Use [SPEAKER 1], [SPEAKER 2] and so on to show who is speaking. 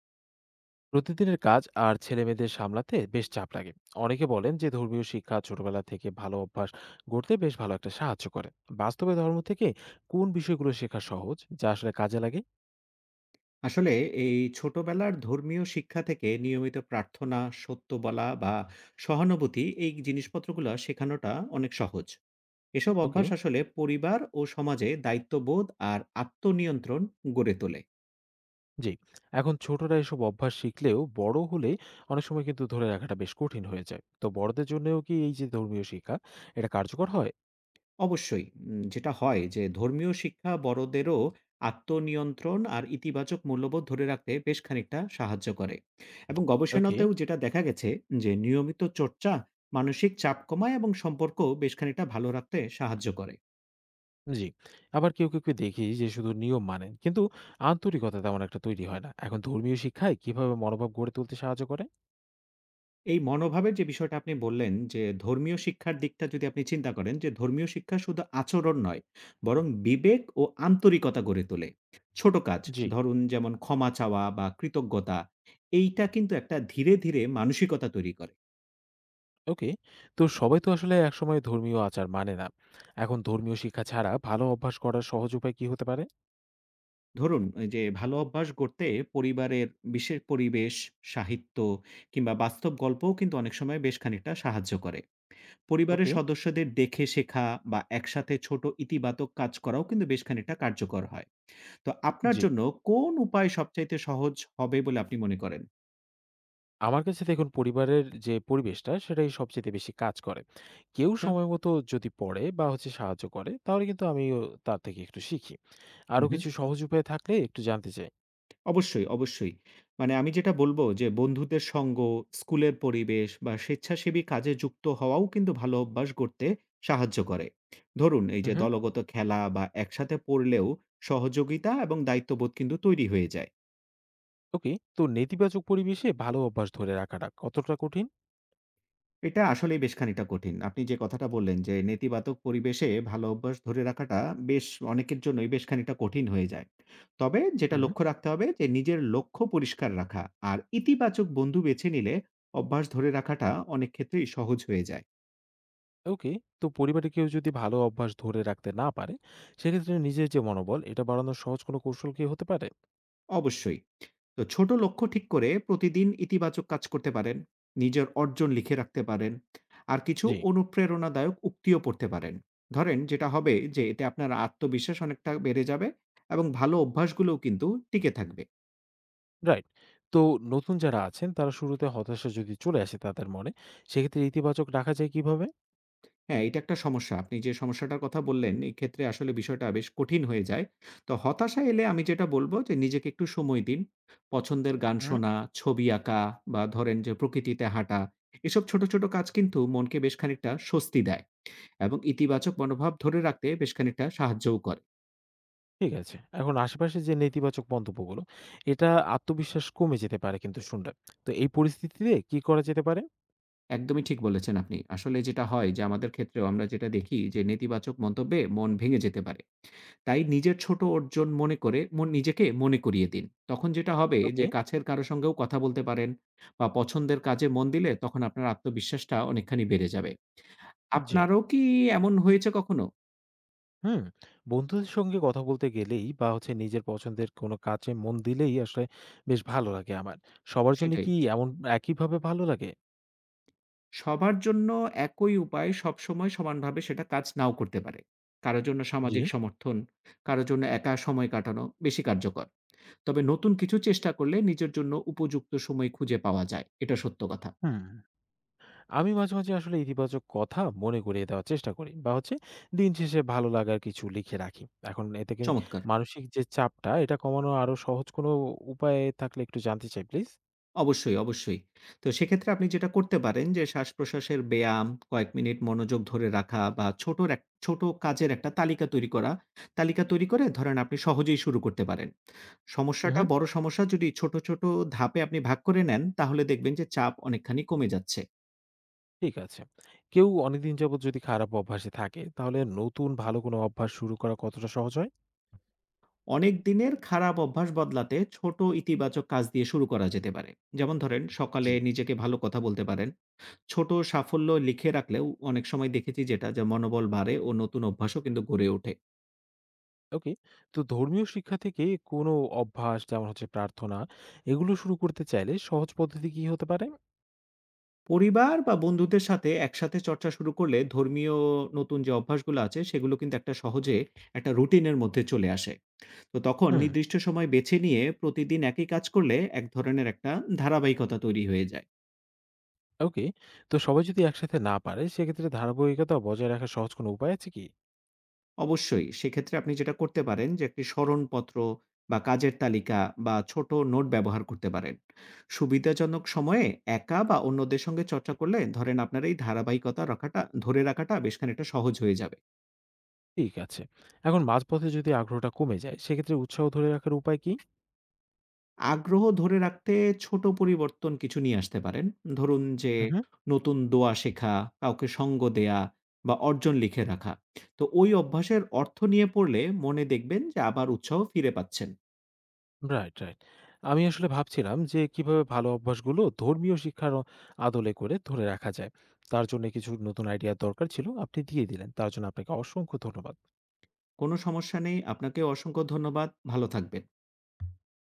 [SPEAKER 1] প্রতিদিনের কাজ আর ছেলেমেয়েদের সামলাতে বেশ চাপ লাগে। অনেকে বলেন যে ধর্মীয় শিক্ষা ছোটবেলা থেকে ভালো অভ্যাস গড়তে বেশ ভালো একটা সাহায্য করে। বাস্তবে ধর্ম থেকে কোন বিষয়গুলো শেখা সহজ যা আসলে কাজে লাগে?
[SPEAKER 2] আসলে এই ছোটবেলার ধর্মীয় শিক্ষা থেকে নিয়মিত প্রার্থনা, সত্য বলা বা সহানুভূতি এই জিনিসপত্রগুলা শেখানোটা অনেক সহজ। এসব
[SPEAKER 1] ওকে।
[SPEAKER 2] অভ্যাস আসলে পরিবার ও সমাজে দায়িত্ববোধ আর আত্মনিয়ন্ত্রণ গড়ে তোলে।
[SPEAKER 1] জি। এখন ছোটরা এসব অভ্যাস শিখলেও বড় হলে অনেক সময় কিন্তু ধরে রাখাটা বেশ কঠিন হয়ে যায়, তো বড়দের জন্যও কি এই যে ধর্মীয় শিক্ষা, এটা কার্যকর হয়?
[SPEAKER 2] অবশ্যই যেটা হয় যে ধর্মীয় শিক্ষা বড়দেরও আত্মনিয়ন্ত্রণ আর ইতিবাচক মূল্যবোধ ধরে রাখতে বেশ খানিকটা সাহায্য করে। এবং
[SPEAKER 1] ওকে।
[SPEAKER 2] গবেষণাতেও যেটা দেখা গেছে যে নিয়মিত চর্চা মানসিক চাপ কমায় এবং সম্পর্ক বেশ খানিকটা ভালো রাখতে সাহায্য করে।
[SPEAKER 1] জি। আবার কেউ কেউ কেউ দেখি যে শুধু নিয়ম মানেন কিন্তু আন্তরিকতা তেমন একটা তৈরি হয় না। এখন ধর্মীয় শিক্ষায় কিভাবে মনোভাব গড়ে তুলতে সাহায্য করে?
[SPEAKER 2] এই মনোভাবের যে বিষয়টা আপনি বললেন যে, ধর্মীয় শিক্ষার দিকটা যদি আপনি চিন্তা করেন যে, ধর্মীয় শিক্ষা শুধু আচরণ নয়, বরং বিবেক ও আন্তরিকতা গড়ে তোলে। ছোট কাজ
[SPEAKER 1] জি।
[SPEAKER 2] ধরুন যেমন ক্ষমা চাওয়া বা কৃতজ্ঞতা, এইটা কিন্তু একটা ধীরে, ধীরে মানসিকতা তৈরি করে।
[SPEAKER 1] ওকে। তো সবাই তো আসলে একসময় ধর্মীয় আচার মানে না। এখন ধর্মীয় শিক্ষা ছাড়া ভালো অভ্যাস করার সহজ উপায় কি হতে পারে?
[SPEAKER 2] ধরুন এই যে ভালো অভ্যাস গড়তে পরিবারের বিশেষ পরিবেশ, সাহিত্য কিংবা বাস্তব গল্পও কিন্তু অনেক সময় বেশ খানিকটা সাহায্য করে। পরিবারের
[SPEAKER 1] ওকে,
[SPEAKER 2] সদস্যদের দেখে শেখা বা একসাথে ছোট ইতিবাচক কাজ করাও কিন্তু বেশ খানিকটা কার্যকর হয়। তো আপনার
[SPEAKER 1] জি।
[SPEAKER 2] জন্য কোন উপায় সবচাইতে সহজ হবে বলে আপনি মনে করেন?
[SPEAKER 1] আমার কাছে দেখুন, পরিবারের যে পরিবেশটা সেটাই সবচাইতে বেশি কাজ করে। কেউ
[SPEAKER 2] আচ্ছা।
[SPEAKER 1] সময় মতো যদি পড়ে বা হচ্ছে সাহায্য করে তাহলে কিন্তু আমিও তার থেকে একটু শিখি। আরো
[SPEAKER 2] হুম, হুম।
[SPEAKER 1] কিছু সহজ উপায় থাকলে একটু জানতে চাই।
[SPEAKER 2] অবশ্যই, অবশ্যই। মানে আমি যেটা বলব যে বন্ধুদের সঙ্গ, স্কুলের পরিবেশ বা স্বেচ্ছাসেবী কাজে যুক্ত হওয়াও কিন্তু ভালো অভ্যাস গড়তে সাহায্য করে। ধরুন এই যে
[SPEAKER 1] উহু,
[SPEAKER 2] দলগত খেলা বা একসাথে পড়লেও সহযোগিতা এবং দায়িত্ববোধ কিন্তু তৈরি হয়ে যায়।
[SPEAKER 1] ওকে। তো নেতিবাচক পরিবেশে ভালো অভ্যাস ধরে রাখাটা কতটা কঠিন?
[SPEAKER 2] এটা আসলেই বেশ খানিকটা কঠিন। আপনি যে কথাটা বললেন যে নেতিবাচক পরিবেশে ভালো অভ্যাস ধরে রাখাটা বেশ অনেকের জন্যই বেশ খানিকটা কঠিন হয়ে যায়। তবে যেটা
[SPEAKER 1] হুম।
[SPEAKER 2] লক্ষ্য রাখতে হবে যে নিজের লক্ষ্য পরিষ্কার রাখা আর ইতিবাচক বন্ধু বেছে নিলে অভ্যাস ধরে রাখাটা অনেক ক্ষেত্রেই সহজ হয়ে যায়।
[SPEAKER 1] ওকে। তো পরিবারে কেউ যদি ভালো অভ্যাস ধরে রাখতে না পারে, সেক্ষেত্রে নিজের যে মনোবল, এটা বাড়ানোর সহজ কোনো কৌশল কি হতে পারে?
[SPEAKER 2] অবশ্যই। তো ছোট লক্ষ্য ঠিক করে প্রতিদিন ইতিবাচক কাজ করতে পারেন। নিজের অর্জন লিখে রাখতে পারেন। আর কিছু
[SPEAKER 1] জি।
[SPEAKER 2] অনুপ্রেরণাদায়ক উক্তিও পড়তে পারেন। ধরেন যেটা হবে যে এতে আপনার আত্মবিশ্বাস অনেকটা বেড়ে যাবে এবং ভালো অভ্যাসগুলোও কিন্তু টিকে থাকবে।
[SPEAKER 1] রাইট। তো নতুন যারা আছেন, তারা শুরুতে হতাশা যদি চলে আসে তাদের মনে, সেক্ষেত্রে ইতিবাচক রাখা যায় কিভাবে?
[SPEAKER 2] হ্যাঁ, এটা একটা সমস্যা। আপনি যে সমস্যাটার কথা বললেন, এক্ষেত্রে আসলে বিষয়টা বেশ কঠিন হয়ে যায়। তো হতাশা এলে আমি যেটা বলব যে নিজেকে একটু সময় দিন। পছন্দের গান
[SPEAKER 1] হুম।
[SPEAKER 2] শোনা, ছবি আঁকা বা ধরেন যে প্রকৃতিতে হাঁটা, এসব ছোট, ছোট কাজ কিন্তু মনকে বেশ খানিকটা স্বস্তি দেয় এবং ইতিবাচক মনোভাব ধরে রাখতে বেশ খানিকটা সাহায্যও করে।
[SPEAKER 1] ঠিক আছে। এখন আশেপাশে যে নেতিবাচক মন্তব্যগুলো, এটা আত্মবিশ্বাস কমে যেতে পারে কিন্তু শুনলে। তো এই পরিস্থিতিতে কি করা যেতে পারে?
[SPEAKER 2] একদমই ঠিক বলেছেন আপনি। আসলে যেটা হয় যে আমাদের ক্ষেত্রেও আমরা যেটা দেখি যে নেতিবাচক মন্তব্যে মন ভেঙে যেতে পারে। তাই নিজের ছোট অর্জন মনে করে নিজেকে মনে করিয়ে দিন। তখন যেটা হবে
[SPEAKER 1] ওকে,
[SPEAKER 2] যে কাছের কারো সঙ্গেও কথা বলতে পারেন বা পছন্দের কাজে মন দিলে তখন আপনার আত্মবিশ্বাসটা অনেকখানি বেড়ে যাবে।
[SPEAKER 1] জি।
[SPEAKER 2] আপনারও কি এমন হয়েছে কখনো?
[SPEAKER 1] হুম, বন্ধুদের সঙ্গে কথা বলতে গেলেই বা হচ্ছে নিজের পছন্দের কোনো কাজে মন দিলেই আসলে বেশ ভালো লাগে আমার। সবার জন্য
[SPEAKER 2] সেটাই।
[SPEAKER 1] কি এমন একইভাবে ভালো লাগে?
[SPEAKER 2] সবার জন্য একই উপায় সবসময় সমানভাবে সেটা কাজ নাও করতে পারে। কারো জন্য
[SPEAKER 1] জি।
[SPEAKER 2] সামাজিক সমর্থন, কারো জন্য একা সময় কাটানো বেশি কার্যকর। তবে নতুন কিছু চেষ্টা করলে নিজের জন্য উপযুক্ত সময় খুঁজে পাওয়া যায়। এটা সত্য কথা।
[SPEAKER 1] হুম, আমি মাঝে মাঝে আসলে ইতিবাচক কথা মনে করিয়ে দেওয়ার চেষ্টা করি বা হচ্ছে দিন শেষে ভালো লাগার কিছু লিখে রাখি। এখন এতে কি
[SPEAKER 2] চমৎকার!
[SPEAKER 1] মানসিক যে চাপটা এটা কমানোর আরো সহজ কোনো উপায় থাকলে একটু জানতে চাই প্লিজ?
[SPEAKER 2] অবশ্যই, অবশ্যই। তো সেক্ষেত্রে আপনি যেটা করতে পারেন যে শ্বাসপ্রশ্বাসের ব্যায়াম, কয়েক মিনিট মনোযোগ ধরে রাখা বা ছোট কাজের একটা তালিকা তৈরি করা। তালিকা তৈরি করে ধরেন আপনি সহজেই শুরু করতে পারেন।
[SPEAKER 1] হুম, হুম।
[SPEAKER 2] বড় সমস্যা যদি ছোট, ছোট ধাপে আপনি ভাগ করে নেন তাহলে দেখবেন যে চাপ অনেকখানি কমে যাচ্ছে।
[SPEAKER 1] ঠিক আছে। কেউ অনেকদিন যাবৎ যদি খারাপ অভ্যাসে থাকে তাহলে নতুন ভালো কোনো অভ্যাস শুরু করা কতটা সহজ হয়?
[SPEAKER 2] অনেক দিনের খারাপ অভ্যাস বদলাতে ছোট ইতিবাচক কাজ দিয়ে শুরু করা যেতে পারে। যেমন ধরেন সকালে
[SPEAKER 1] জি।
[SPEAKER 2] নিজেকে ভালো কথা বলতে পারেন। ছোট সাফল্য লিখে রাখলেও অনেক সময় দেখেছি যে মনোবল বাড়ে ও নতুন অভ্যাসও কিন্তু গড়ে ওঠে।
[SPEAKER 1] ওকে। তো ধর্মীয় শিক্ষা থেকে কোনো অভ্যাস যেমন হচ্ছে প্রার্থনা, এগুলো শুরু করতে চাইলে সহজ পদ্ধতি কি হতে পারে?
[SPEAKER 2] পরিবার বা বন্ধুদের সাথে একসাথে চর্চা শুরু করলে ধর্মীয় নতুন যে অভ্যাসগুলো আছে সেগুলো কিন্তু একটা রুটিনের মধ্যে চলে আসে। তো তখন
[SPEAKER 1] হুম।
[SPEAKER 2] নির্দিষ্ট সময় বেছে নিয়ে প্রতিদিন একই কাজ করলে এক ধরনের একটা ধারাবাহিকতা তৈরি হয়ে যায়।
[SPEAKER 1] ওকে। তো সবাই যদি একসাথে না পারে সেক্ষেত্রে ধারাবাহিকতা বজায় রাখার সহজ কোনো উপায় আছে কি?
[SPEAKER 2] অবশ্যই। সেক্ষেত্রে আপনি যেটা করতে পারেন যে একটি স্মরণপত্র বা কাজের তালিকা বা ছোট নোট ব্যবহার করতে পারেন। সুবিধাজনক সময়ে একা বা অন্যদের সঙ্গে চর্চা করলে ধরেন আপনার এই ধারাবাহিকতা রাখাটা ধরে রাখাটা বেশ খানিকটা সহজ হয়ে যাবে।
[SPEAKER 1] ঠিক আছে। এখন মাঝপথে যদি আগ্রহটা কমে যায় সেক্ষেত্রে উৎসাহ ধরে রাখার উপায় কি?
[SPEAKER 2] আগ্রহ ধরে রাখতে ছোট পরিবর্তন কিছু নিয়ে আসতে পারেন। ধরুন যে
[SPEAKER 1] উহু।
[SPEAKER 2] নতুন দোয়া শেখা, কাউকে সঙ্গ দেয়া বা অর্জন লিখে রাখা। তো ওই অভ্যাসের অর্থ নিয়ে পড়লে মনে দেখবেন যে আবার উৎসাহ ফিরে পাচ্ছেন।
[SPEAKER 1] Right, right. আমি আসলে ভাবছিলাম যে কিভাবে ভালো অভ্যাসগুলো ধর্মীয় শিক্ষার আদলে করে ধরে রাখা যায়। তার জন্য কিছু নতুন আইডিয়ার দরকার ছিল। আপনি দিয়ে দিলেন। তার জন্য আপনাকে অসংখ্য ধন্যবাদ।
[SPEAKER 2] কোনো সমস্যা নেই। আপনাকেও অসংখ্য ধন্যবাদ। ভালো থাকবেন।